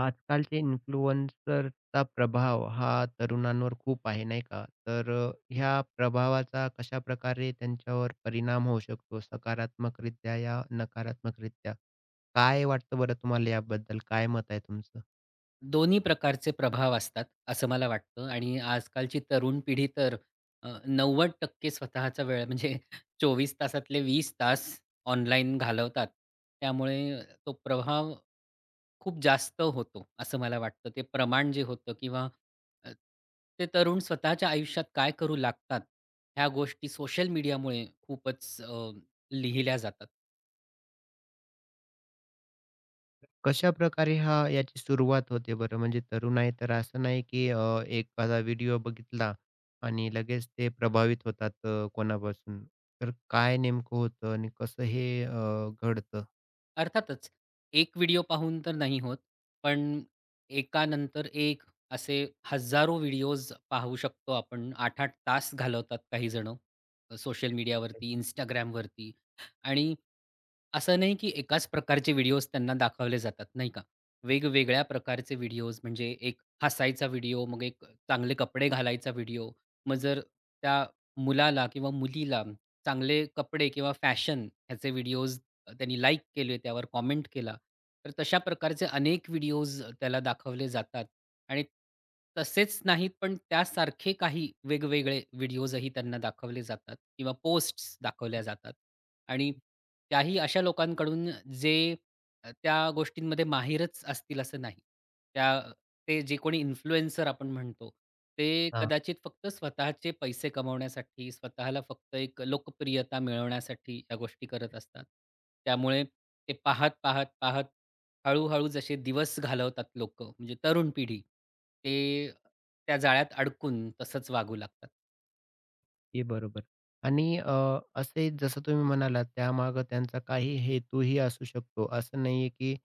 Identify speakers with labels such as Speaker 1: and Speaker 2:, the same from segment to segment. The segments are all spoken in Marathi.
Speaker 1: आजकालचे इन्फ्लुएन्सरचा प्रभाव हा तरुणांवर खूप आहे, नाही का? तर ह्या प्रभावाचा कशाप्रकारे त्यांच्यावर परिणाम होऊ शकतो सकारात्मकरित्या या नकारात्मकरित्या? काय वाटतं बरं तुम्हाला याबद्दल? काय मत आहे तुमचं?
Speaker 2: दोन्ही प्रकारचे प्रभाव असतात, असं मला वाटतं आणि आजकालची तरुण पिढी तर नव्वद टक्के स्वतःचा वेळ म्हणजे 24 तासातले 20 तास ऑनलाईन घालवतात. त्यामुळे तो प्रभाव खूप जास्त होतो, असं मला वाटतं. ते प्रमाण जे होतं किंवा अ, ते तरुण स्वतःच्या आयुष्यात काय करू लागतात, ह्या गोष्टी सोशल मीडियामुळे खूपच लिहिल्या जातात.
Speaker 1: कशाप्रकारे हा याची सुरुवात होते बरं? म्हणजे तरुण आहे तर असं नाही की एखादा व्हिडिओ बघितला आणि लगेच ते प्रभावित होतात कोणापासून. तर काय नेमकं होतं आणि कसं हे घडतं?
Speaker 2: अर्थातच, एक व्हिडिओ पाहून तर नाही होत. पण एकानंतर एक असे हजारो व्हिडिओज पाहू शकतो आपण. 8-8 तास घालवतात काही जणं सोशल मीडियावरती, Instagramवरती आणि असं नाही की एकाच प्रकारचे व्हिडिओज त्यांना दाखवले जातात, नाही का? वेगवेगळ्या प्रकारचे व्हिडिओज म्हणजे एक हसायचा व्हिडिओ, मग एक चांगले कपडे घालायचा व्हिडिओ. मग जर त्या मुलाला किंवा मुलीला चांगले कपडे किंवा फॅशन ह्याचे व्हिडिओज त्यांनी लाइक केले, त्यावर कॉमेंट केला. तर तशा प्रकारचे अनेक व्हिडिओज त्याला दाखवले जातात आणि तसेच नाहीत, पण त्यासारखे काही वेगवेगळे व्हिडिओजही त्यांना दाखवले जातात किंवा पोस्ट्स दाखवल्या जातात. आणि त्याही अशा लोकांकडून जे त्या गोष्टींमध्ये माहिरच असतील असं नाही. त्या ते जे कोणी इन्फ्लुएन्सर आपण म्हणतो, ते कदाचित फक्त स्वतःचे पैसे कमवण्यासाठी, स्वतःला फक्त एक लोकप्रियता मिळवण्यासाठी या गोष्टी करत असतात. त्यामुळे ते पाहत, पाहत, पाहत हळू-हळू जसे दिवस घालवतात लोकं, म्हणजे तरुण पिढी, ते त्या जाळ्यात अडकून तसंच वागू लागतात.
Speaker 1: ते बरोबर आणि असे जसं तुम्ही म्हणालात त्यामागं त्यांचा काही हेतूही असू शकतो. असं नाहीये की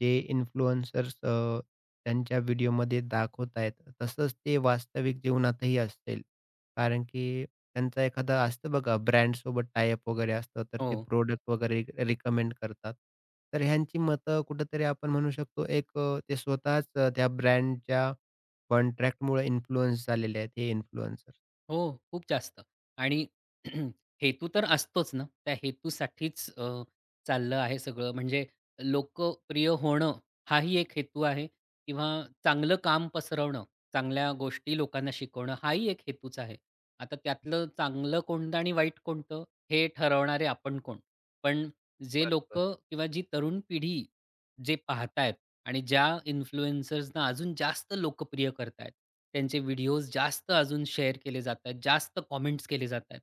Speaker 1: जे इन्फ्लुएन्सर्स त्यांच्या व्हिडिओमध्ये दाखवतायत, तसंच ते वास्तविक जीवनातही असतील. कारण की त्यांचा एखादा असतं बघा ब्रँडसोबत टायअप वगैरे असतं, तर
Speaker 2: हो.
Speaker 1: ते प्रोडक्ट वगैरे रिकमेंड करतात. तर ह्यांची मतं कुठेतरी आपण म्हणू शकतो एक ते स्वतःच त्या ब्रँडच्या कॉन्ट्रॅक्टमुळे इन्फ्लुअन्स झालेले आहेत हे इन्फ्लुएन्सर्स.
Speaker 2: हो, खूप जास्त आणि हेतू तर असतोच ना. त्या हेतूसाठीच चाललं आहे सगळं. म्हणजे लोकप्रिय होणं हाही एक हेतू आहे किंवा चांगलं काम पसरवणं, चांगल्या गोष्टी लोकांना शिकवणं हाही एक हेतूच आहे. आता त्यातलं चांगलं कोणतं आणि वाईट कोणतं हे ठरवणारे आपण कोण? पण जे लोक
Speaker 1: बरोबर.
Speaker 2: किंवा जी तरुण पिढी जे पाहतायत आणि ज्या इन्फ्लुएन्सर्सना अजून जास्त लोकप्रिय करतायत, त्यांचे व्हिडिओज जास्त अजून शेअर केले जातायत, जास्त कमेंट्स केले जातायत.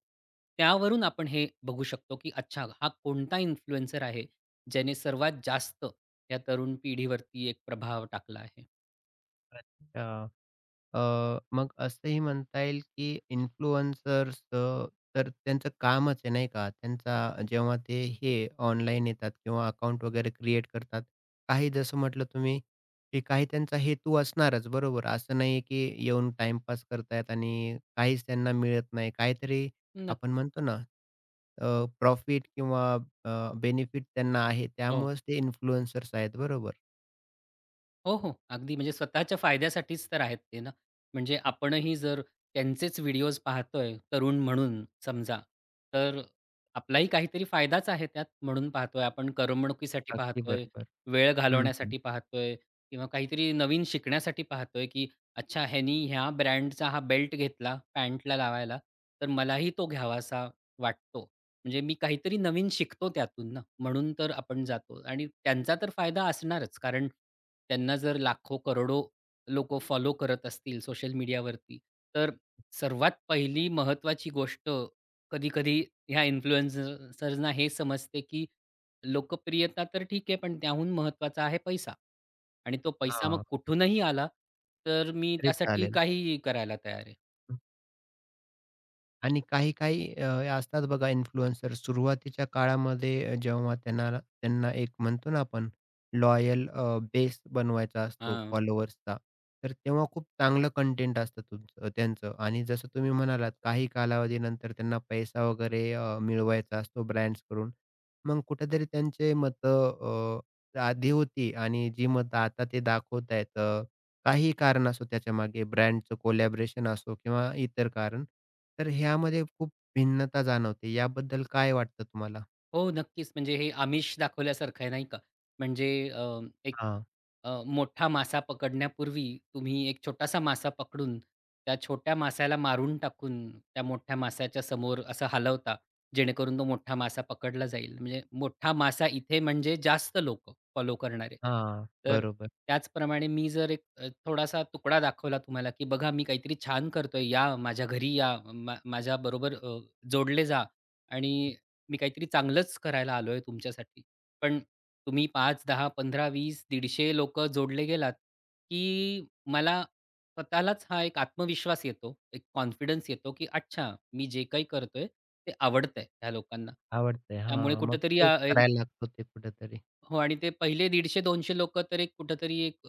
Speaker 2: त्यावरून आपण हे बघू शकतो, की अच्छा हा कोणता इन्फ्लुएन्सर आहे, ज्याने सर्वात जास्त या तरुण पिढीवरती एक प्रभाव टाकला आहे.
Speaker 1: अच्छा. अ, मग असंही म्हणता येईल की इन्फ्लुएन्सर्स तर त्यांचं कामच आहे नाही का? त्यांचा जेव्हा ते हे ऑनलाईन येतात किंवा अकाउंट वगैरे क्रिएट करतात. काही जसं म्हटलं तुम्ही, की काही त्यांचा हेतू असणारच बरोबर. असं नाही की येऊन टाईमपास करतायत आणि काहीच त्यांना मिळत नाही. काहीतरी
Speaker 2: नक्क
Speaker 1: आपण म्हणतो ना प्रॉफिट किंवा बेनिफिट त्यांना आहे. त्यामुळेच ते इन्फ्लुएन्सर्स आहेत बरोबर.
Speaker 2: हो, हो. अगदी म्हणजे स्वतःच्या फायद्यासाठीच तर आहेत ते ना. म्हणजे आपणही जर त्यांचेच व्हिडिओज पाहतोय तरुण म्हणून समजा, तर आपलाही काहीतरी फायदाच आहे त्यात म्हणून पाहतोय आपण. करमणुकीसाठी
Speaker 1: अगदी
Speaker 2: पाहतोय,
Speaker 1: बरोबर.
Speaker 2: वेळ
Speaker 1: हं, हं.
Speaker 2: घालवण्यासाठी पाहतोय किंवा काहीतरी नवीन शिकण्यासाठी पाहतोय, की अच्छा ह्यानी ह्या ब्रँडचा हा बेल्ट घेतला पॅन्टला लावायला, तर मलाही तो घ्यावासा वाटतो. म्हणजे मी काहीतरी नवीन शिकतो त्यातून ना, म्हणून तर आपण जातो आणि त्यांचा तर फायदा असणारच. कारण त्यांना जर लाखो-करोडो लोकं फॉलो करत असतील सोशल मीडियावरती, तर सर्वात पहिली महत्वाची गोष्ट कधी-कधी ह्या इन्फ्लुएन्सर्सना हे समजते, की लोकप्रियता तर ठीक आहे, पण त्याहून महत्त्वाचा आहे पैसा आणि तो पैसा मग कुठूनही आला, तर मी
Speaker 1: तरी
Speaker 2: त्यासाठी
Speaker 1: चालेल.
Speaker 2: काहीही करायला तयार आहे.
Speaker 1: आणि काही-काही असतात बघा इन्फ्लुएन्सर सुरुवातीच्या काळामध्ये जेव्हा त्यांना त्यांना एक म्हणतो ना आपण लॉयल बेस बनवायचा असतो फॉलोअर्सचा. तर तेव्हा खूप चांगलं कंटेंट असतं तुमचं त्यांचं आणि जसं तुम्ही म्हणालात काही कालावधीनंतर त्यांना पैसा वगैरे मिळवायचा असतो ब्रँड्सकडून. मग कुठेतरी त्यांचे मतं आधी होती आणि जी मतं आता ते दाखवतायत काही कारण असो त्याच्यामागे ब्रँडचं कोलॅबोरेशन असो किंवा इतर कारण. तर ह्यामध्ये खूप भिन्नता जाणवते. याबद्दल काय वाटतं तुम्हाला?
Speaker 2: हो, नक्कीच. म्हणजे हे आमिष दाखवल्यासारखं आहे, नाही का? म्हणजे एक
Speaker 1: हां,
Speaker 2: मोठा मासा पकडण्यापूर्वी तुम्ही एक छोटासा मासा पकडून, त्या छोट्या मासाला मारून टाकून, त्या मोठ्या मासाच्या समोर असं हलवता, जेणेकरून तो मोठा मासा पकडला जाईल. म्हणजे मोठा मासा इथे म्हणजे जास्त लोकं फॉलो करणारे.
Speaker 1: हां.
Speaker 2: तर
Speaker 1: बरोबर.
Speaker 2: त्याचप्रमाणे मी जर एक थोडासा तुकडा दाखवला तुम्हाला, की बघा मी काहीतरी छान करतोय, या माझ्या घरी या, माझ्याबरोबर जोडले जा आणि मी काहीतरी चांगलंच करायला आलोय तुमच्यासाठी. पण तुम्ही पाच, दहा, पंधरा, 20, दीडशे लोकं जोडले गेलात, की मला स्वतःलाच हा एक आत्मविश्वास येतो, एक कॉन्फिडन्स येतो, की अच्छा मी जे काही करतोय ते आवडतंय ह्या लोकांना.
Speaker 1: आवडतंय.
Speaker 2: त्यामुळे
Speaker 1: हां, मग
Speaker 2: कुठेतरी
Speaker 1: तेच
Speaker 2: एक
Speaker 1: करायला लागतो ते कुठेतरी.
Speaker 2: हो आणि ते पहिले 150-200 लोकं तर एक कुठेतरी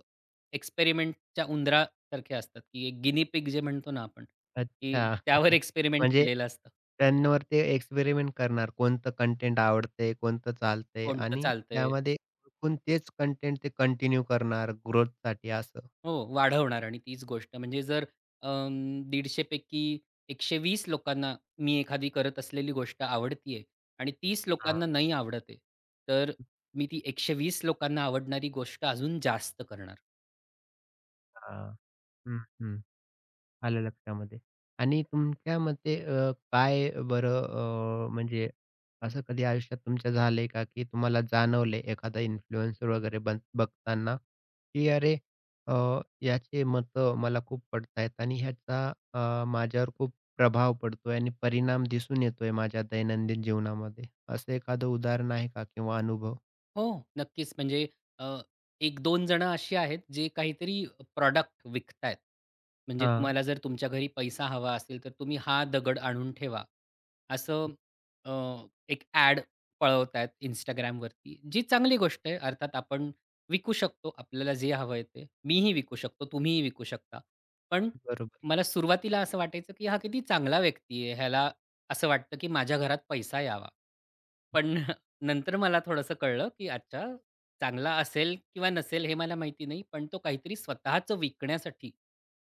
Speaker 2: एक्सपेरिमेंटच्या उंदरासारखे असतात, की एक गिनी पिग जे म्हणतो ना आपण, की
Speaker 1: अच्छा.
Speaker 2: त्यावर एक्सपेरिमेंट
Speaker 1: म्हणजे
Speaker 2: केलेलं असतं.
Speaker 1: त्यांवर ते एक्सपेरिमेंट करणार. कोणतं कंटेंट आवडतंय, कोणतं चालतंय
Speaker 2: कोणतं
Speaker 1: आणि
Speaker 2: चालतंय?
Speaker 1: त्यामध्ये ओळखून तेच कंटेंट ते कंटिन्यू करणार ग्रोथसाठी असं.
Speaker 2: हो, वाढवणार आणि तीच गोष्ट म्हणजे जर 150 पैकी 120 लोकांना मी एखादी करत असलेली गोष्ट आवडतीये आणि 30
Speaker 1: हां,
Speaker 2: लोकांना नाही आवड़ते, तर मी ती 120 लोकांना आवडणारी गोष्ट अजून जास्त करणार.
Speaker 1: हां. हं, हं. आलं लक्षामध्ये. आणि तुमच्या मते काय बरं म्हणजे असं कधी आयुष्यात तुमच्या झालंय का, की तुम्हाला जाणवलंय एखादा इन्फ्लुएन्सर वगैरे बन बघताना, की अरे अ, याचे मतं मला खूप पडतायत आणि ह्याचा माझ्यावर खूप प्रभाव पडतोय आणि परिणाम दिसून येतोय माझ्या दैनंदिन जीवनामध्ये. असं एखादं उदाहरण आहे का किंवा अनुभव?
Speaker 2: हो, नक्कीच. म्हणजे अ, 1-2 जण अशी आहेत, जे काहीतरी प्रॉडक्ट विकतायत. म्हणजे
Speaker 1: हां,
Speaker 2: तुम्हाला जर तुमच्या घरी पैसा हवा असेल, तर तुम्ही हा दगड आणून ठेवा. असं अ, एक ॲड पळवतायत Instagramवरती, जी चांगली गोष्ट आहे. अर्थात आपण विकू शकतो. आपल्याला जे हवं आहे ते. मीही विकू शकतो, तुम्हीही विकू शकता. पण
Speaker 1: बरोबर.
Speaker 2: मला सुरुवातीला असं वाटायचं, की हा किती चांगला व्यक्ती आहे. ह्याला असं वाटतं, की माझ्या घरात पैसा यावा. पण नंतर मला थोडंसं कळलं, की अच्छा चांगला असेल किंवा नसेल हे मला माहिती नाही. पण तो काहीतरी स्वतःचं विकण्यासाठी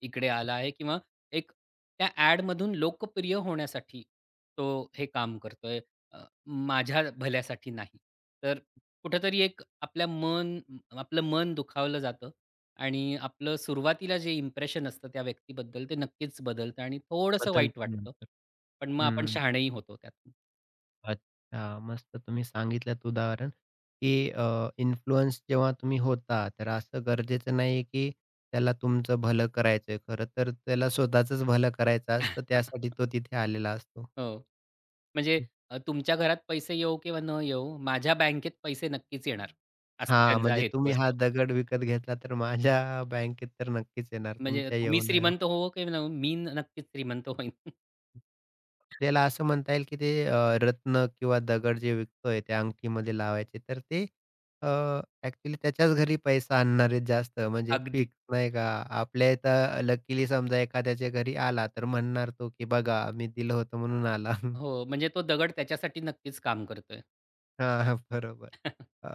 Speaker 2: इकडे आला आहे किंवा एक त्या ॲडमधून लोकप्रिय होण्यासाठी तो हे काम करतोय. अ, माझ्या भल्यासाठी नाही. तर कुठेतरी एक आपल्या मन आपलं मन दुखावलं जातं आणि आपलं सुरुवातीला जे इम्प्रेशन असतं त्या व्यक्तीबद्दल ते नक्कीच बदलतं आणि थोडंसं वाईट
Speaker 1: बदलतं
Speaker 2: वाटतं.
Speaker 1: नंतर.
Speaker 2: पण मग आपण शहाणेही होतो त्यातून.
Speaker 1: अच्छा. मस्त तुम्ही सांगितलंत उदाहरण, की इन्फ्लुअन्स जेव्हा तुम्ही होता, तर असं गरजेचं नाही की त्याला तुमचं भलं करायचंय. खरं तर त्याला स्वतःचंच भलं करायचं असतं, त्यासाठी तो तिथे आलेला असतो.
Speaker 2: हो. म्हणजे तुमच्या घरात पैसे येवो किंवा न येवो, माझ्या बँकेत पैसे नक्कीच येणार, असा
Speaker 1: हां,
Speaker 2: त्यांचा
Speaker 1: म्हणजे
Speaker 2: हेतू
Speaker 1: तुम्ही हा
Speaker 2: असतो.
Speaker 1: दगड विकत घेतला, तर माझ्या बँकेत तर नक्कीच येणार
Speaker 2: म्हणजे
Speaker 1: तुमच्या
Speaker 2: तुम्ही
Speaker 1: येऊ नये
Speaker 2: श्रीमंत हो की न मी नक्कीच श्रीमंत होईन.
Speaker 1: आपल्याला असं म्हणता येईल, की ते रत्न किंवा दगड जे विकतोय त्या अंगठीमध्ये लावायचे, तर ते अ, ॲक्चुअली त्याच्याच घरी पैसा आणणारे जास्त म्हणजे
Speaker 2: अगदी.
Speaker 1: फिक्स नाही का. आपल्या इथं लकीली समजा एखाद्याच्या घरी आला, तर म्हणणार तो, की "बघा मी दिलं होतं म्हणून आला."
Speaker 2: हो, म्हणजे तो दगड त्याच्यासाठी नक्कीच काम करतोय.
Speaker 1: हां, हां. बरोबर. अ,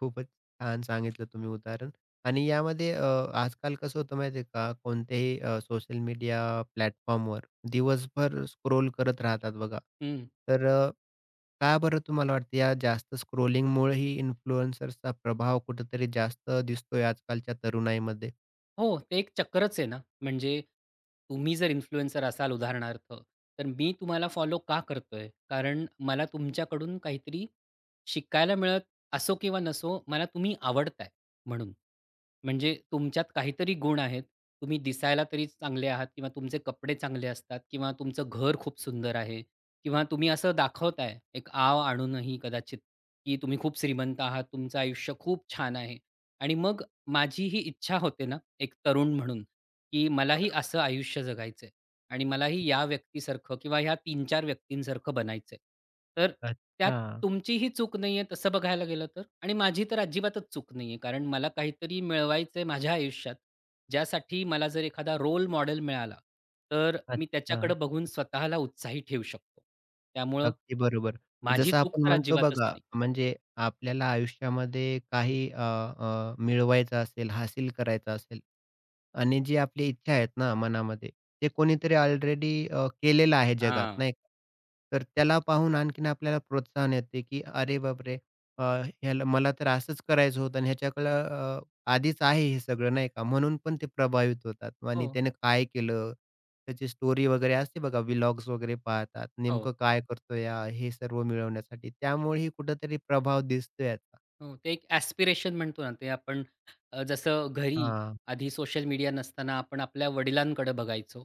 Speaker 1: खूपच छान सांगितलं तुम्ही उदाहरण आणि यामध्ये आजकाल कसं होतं माहिती आहे का? कोणत्याही सोशल मीडिया प्लॅटफॉर्मवर दिवसभर स्क्रोल करत राहतात बघा.
Speaker 2: हं.
Speaker 1: तर का बरं तुम्हाला वाटतं या जास्त स्क्रोलिंगमुळेही इन्फ्लुएन्सर्सचा प्रभाव कुठेतरी जास्त दिसतोय आजकालच्या तरुणाईमध्ये?
Speaker 2: हो, ते एक चक्करच आहे ना. म्हणजे तुम्ही जर इन्फ्लुएन्सर असाल उदाहरणार्थ, तर मी तुम्हाला फॉलो का करतोय? कारण मला तुमच्याकडून काहीतरी शिकायला मिळत असो किंवा नसो, मला तुम्ही आवडताय म्हणून. म्हणजे तुमच्यात काहीतरी गुण आहेत. तुम्ही दिसायला तरी चांगले आहात किंवा तुमचे कपडे चांगले असतात किंवा तुमचं घर खूप सुंदर आहे किंवा तुम्ही असं दाखवताय एक आव आणूनही कदाचित, की तुम्ही खूप श्रीमंत आहात, तुमचं आयुष्य खूप छान आहे आणि मग माझी ही इच्छा होते ना, एक तरुण म्हणून, की मलाही
Speaker 1: बरोबर.
Speaker 2: असं आयुष्य जगायचंय आणि मलाही या व्यक्तीसारखं किंवा ह्या 3-4 व्यक्तींसारखं बनायचंय. तर त्यात
Speaker 1: अच्छा,
Speaker 2: तुमचीही चूक नाहीये तसं बघायला गेलं तर आणि माझी तर अजिबातच चूक नाहीये. कारण मला काहीतरी मिळवायचंय माझ्या आयुष्यात, ज्यासाठी मला जर एखादा रोल मॉडेल मिळाला, तर मी
Speaker 1: अच्छा.
Speaker 2: त्याच्याकडे बघून स्वतःला उत्साही ठेवू शकतो. त्यामुळं
Speaker 1: अगदी बरोबर.
Speaker 2: माझी
Speaker 1: जसं
Speaker 2: चूक
Speaker 1: आपण
Speaker 2: तर
Speaker 1: म्हणतो
Speaker 2: अजिबातच
Speaker 1: बघा,
Speaker 2: नाही.
Speaker 1: म्हणजे आपल्याला आयुष्यामध्ये काही अ, अ, मिळवायचं असेल, हासिल करायचं असेल आणि जी आपली इच्छा आहेत ना मनामध्ये, ते कोणीतरी ऑलरेडी केलेलं आहे जगात,
Speaker 2: हां.
Speaker 1: नाही का? तर त्याला पाहून आणखीन आपल्याला प्रोत्साहन येते, की "अरे बापरे! अ, ह्याला मला तर असंच करायचं होतं आणि ह्याच्याकडं अ, आधीच आहे हे सगळं," नाही का? म्हणून पण ते प्रभावित होतात आणि
Speaker 2: हो,
Speaker 1: त्याने काय केलं? त्याची स्टोरी वगैरे असते बघा, व्लॉग्स वगैरे पाहतात.
Speaker 2: हो.
Speaker 1: नेमकं काय करतोय हा, हे सर्व मिळवण्यासाठी. त्यामुळेही कुठेतरी प्रभाव दिसतोय याचा.
Speaker 2: हो, ते एक ॲस्पिरेशन म्हणतो ना, ते आपण जसं घरी
Speaker 1: हां,
Speaker 2: आधी सोशल मीडिया नसताना आपण आपल्या वडिलांकडे बघायचो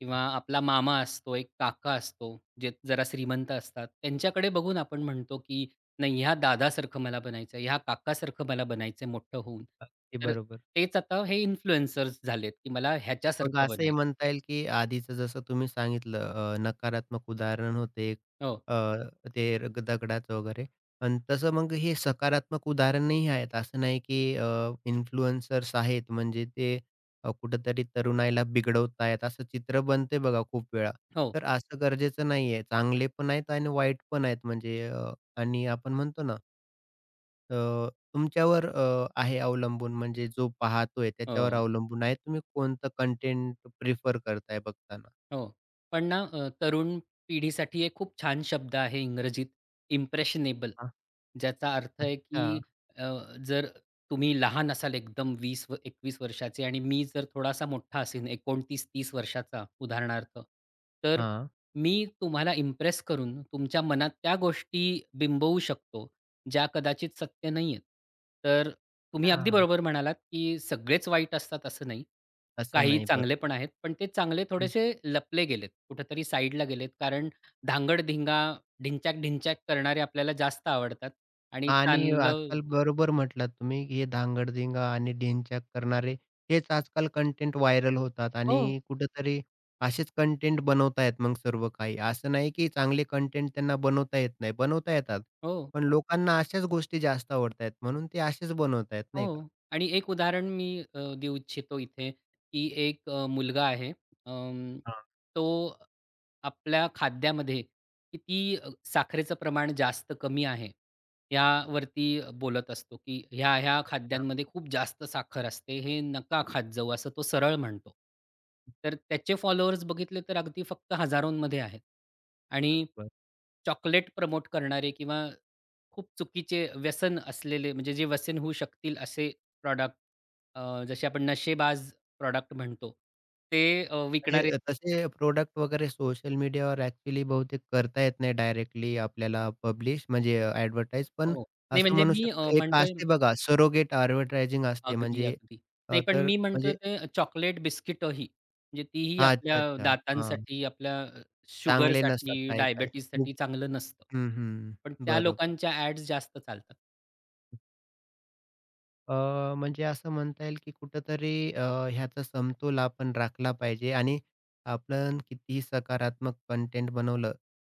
Speaker 2: किंवा आपला मामा असतो, एक काका असतो, जे जरा श्रीमंत असतात. त्यांच्याकडे बघून आपण म्हणतो, की नाही ह्या दादासारखं मला बनायचं ह्या काकासारखं मला बनायचं आहे मोठं होऊन.
Speaker 1: अगदी
Speaker 2: तर
Speaker 1: बरोबर.
Speaker 2: तेच आता हे इन्फ्लुएन्सर्स झालेत, की मला
Speaker 1: मग
Speaker 2: ह्याच्यासारखं
Speaker 1: असंही
Speaker 2: बनायचं
Speaker 1: म्हणता येईल, की आधीचं जसं तुम्ही सांगितलं नकारात्मक उदाहरण होते एक
Speaker 2: हो,
Speaker 1: अ, ते रग दगडाचं वगैरे आणि तसं मग हे सकारात्मक उदाहरणही आहेत. असं नाही, की इन्फ्लुएन्सर्स आहेत म्हणजे ते कुठेतरी तरुणाईला बिघडवत आहेत असं चित्र बनते बघा खूप वेळा.
Speaker 2: हो,
Speaker 1: तर असं गरजेचं नाहीये. चांगले पण आहेत आणि वाईट पण आहेत म्हणजे आणि आपण म्हणतो ना तुमच्यावर आहे अवलंबून म्हणजे जो पाहतोय त्याच्यावर
Speaker 2: हो.
Speaker 1: अवलंबून आहे. तुम्ही कोणतं कंटेंट प्रिफर करताय बघताना?
Speaker 2: हो. पण ना तरुण पिढीसाठी एक खूप छान शब्द आहे इंग्रजीत इम्प्रेशनेबल.
Speaker 1: हां.
Speaker 2: ज्याचा अर्थ आहे की
Speaker 1: अच्छा.
Speaker 2: अ, जर तुम्ही लहान असाल एकदम 20 व 21 वर्षाचे आणि मी जर थोडासा मोठा असेन 29-30 वर्षाचा उदाहरणार्थ, तर
Speaker 1: हां.
Speaker 2: मी तुम्हाला इम्प्रेस करून तुमच्या मनात त्या गोष्टी बिंबवू शकतो, ज्या कदाचित सत्य नाहीयेत. तर तुम्ही अगदी
Speaker 1: हां.
Speaker 2: बरोबर म्हणालात, की सगळेच वाईट असतात असं नाही.
Speaker 1: असं
Speaker 2: काही
Speaker 1: नाही
Speaker 2: चांगले
Speaker 1: बरोबर.
Speaker 2: पण आहेत. पण ते चांगले
Speaker 1: हं.
Speaker 2: थोडेसे लपले गेलेत, कुठेतरी साईडला गेलेत. कारण धांगड-धिंगा, ढिंच्याक-ढिंच्याक करणारे आपल्याला जास्त आवडतात आणि
Speaker 1: आणि
Speaker 2: चांगलं
Speaker 1: आजकाल बरोबर म्हटलात तुम्ही, हे धांगडधिंगा आणि ढिंच्याक करणारे हेच आजकाल कंटेंट व्हायरल होतात
Speaker 2: हो,
Speaker 1: आणि कुठेतरी असेच कंटेंट बनवतायत मग सर्व काही. असं नाही की चांगले कंटेंट त्यांना बनवता येत नाही, बनवता येतात.
Speaker 2: हो.
Speaker 1: पण लोकांना अशाच गोष्टी जास्त आवडतायत म्हणून ते असेच बनवतायत
Speaker 2: हो
Speaker 1: नाही का?
Speaker 2: आणि एक उदाहरण मी देऊ इच्छितो इथे, की एक मुलगा आहे. अं,
Speaker 1: हां.
Speaker 2: तो आपल्या खाद्यामध्ये किती साखरेचं प्रमाण जास्त कमी आहे, यावरती बोलत असतो, की ह्या-ह्या खाद्यांमध्ये खूप जास्त साखर असते, हे नका खात जाऊ, असं तो सरळ म्हणतो. तर त्याचे फॉलोअर्स बघितले तर अगदी फक्त हजारोंमध्ये आहेत. आणि
Speaker 1: बरोबर.
Speaker 2: चॉकलेट प्रमोट करणारे किंवा खूप चुकीचे व्यसन असलेले म्हणजे जे व्यसन होऊ शकतील असे प्रॉडक्ट जसे आपण नशेबाज प्रॉडक्ट म्हणतो, ते
Speaker 1: म्हणजे
Speaker 2: विकणारे आहेत.
Speaker 1: तसे प्रोडक्ट वगैरे सोशल मीडियावर ॲक्चुअली बहुतेक करता येत नाही डायरेक्टली आपल्याला पब्लिश म्हणजे ॲडव्हर्टाइज. पण
Speaker 2: हो. नाही
Speaker 1: असं
Speaker 2: म्हणजे
Speaker 1: म्हणू
Speaker 2: मी
Speaker 1: शकतो एक
Speaker 2: म्हणतोय
Speaker 1: असते बघा सरोगेट ॲडव्हर्टायझिंग असते
Speaker 2: अगदी,
Speaker 1: म्हणजे
Speaker 2: अगदी. नाही पण
Speaker 1: तर
Speaker 2: मी म्हणतोय
Speaker 1: म्हणजे
Speaker 2: ते चॉकलेट बिस्किटही म्हणजे तीही
Speaker 1: हां,
Speaker 2: आपल्या
Speaker 1: अच्छा, अच्छा. हां,
Speaker 2: दातांसाठी, आपल्या
Speaker 1: चांगले नसतात
Speaker 2: शुगरसाठी,
Speaker 1: काही-काही.
Speaker 2: डायबिटीजसाठी
Speaker 1: खूप
Speaker 2: चांगलं नसतं.
Speaker 1: हं, हं.
Speaker 2: पण त्या
Speaker 1: बरोबर.
Speaker 2: लोकांच्या ॲड्स जास्त चालतात.
Speaker 1: म्हणजे असं म्हणता येईल की कुठेतरी ह्याचा समतोल आपण राखला पाहिजे आणि आपण कितीही सकारात्मक कंटेंट बनवलं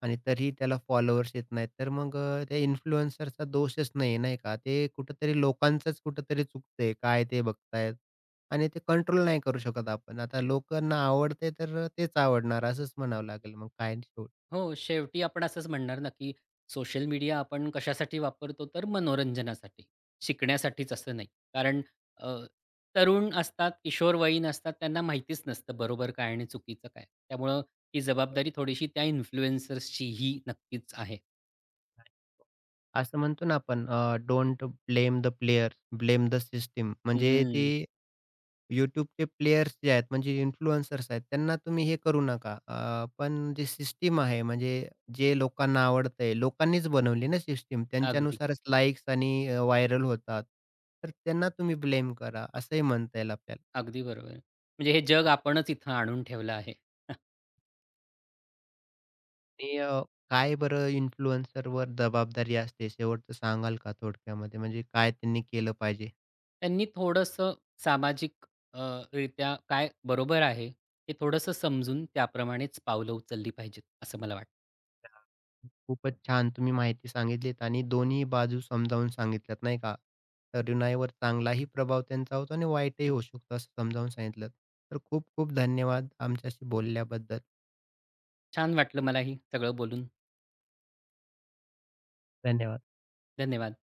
Speaker 1: आणि तरीही त्याला फॉलोअर्स येत नाहीत, तर मग त्या इन्फ्लुएन्सरचा दोषच नाही, नाही का? ते कुठेतरी लोकांचंच कुठेतरी चुकतंय, काय ते बघतायत आणि ते कंट्रोल नाही करू शकत आपण. आता लोकांना आवडतंय तर तेच आवडणार असंच म्हणावं लागेल मग काय शेवटी
Speaker 2: हो, शेवटी आपण असंच म्हणणार ना, की सोशल मीडिया आपण कशासाठी वापरतो, तर मनोरंजनासाठी, शिकण्यासाठीच असं नाही. कारण अ, तरुण असतात, किशोरवयीन असतात, त्यांना माहितीच नसतं बरोबर काय आणि चुकीचं काय. त्यामुळं ही जबाबदारी थोडीशी त्या इन्फ्लुएन्सर्सचीही नक्कीच आहे.
Speaker 1: असं म्हणतो ना आपण don't blame the player, blame the system म्हणजे ती
Speaker 2: हं.
Speaker 1: YouTubeचे प्लेयर्स जे आहेत म्हणजे इन्फ्लुएन्सर्स आहेत त्यांना तुम्ही हे करू नका. पण जी सिस्टम आहे म्हणजे जे लोकांना आवडतंय, लोकांनीच बनवली ना सिस्टम
Speaker 2: अगदी,
Speaker 1: त्यांच्यानुसारच लाइक्स आणि व्हायरल होतात. तर त्यांना तुम्ही ब्लेम करा असंही म्हणता येईल आपल्याला.
Speaker 2: अगदी बरोबर. म्हणजे हे जग आपणच इथं आणून ठेवलं आहे.
Speaker 1: आणि काय बरं इन्फ्लुएन्सरवर जबाबदारी असते शेवटचं सांगाल का थोडक्यामध्ये म्हणजे काय त्यांनी केलं पाहिजे?
Speaker 2: त्यांनी थोडंसं सामाजिक अ, रित्या काय बरोबर आहे, हे थोडंसं समजून त्याप्रमाणेच पावलं उचलली पाहिजेत, असं मला वाटतं.
Speaker 1: खूपच छान तुम्ही माहिती सांगितलीत आणि दोन्ही बाजू समजावून सांगितल्यात नाही का. तरुणाईवर चांगलाही प्रभाव त्यांचा होतो आणि वाईटही होऊ शकतो असं समजावून सांगितलं. तर खूप खूप धन्यवाद आमच्याशी बोलल्याबद्दल.
Speaker 2: छान वाटलं मलाही सगळं बोलून.
Speaker 1: धन्यवाद.
Speaker 2: धन्यवाद.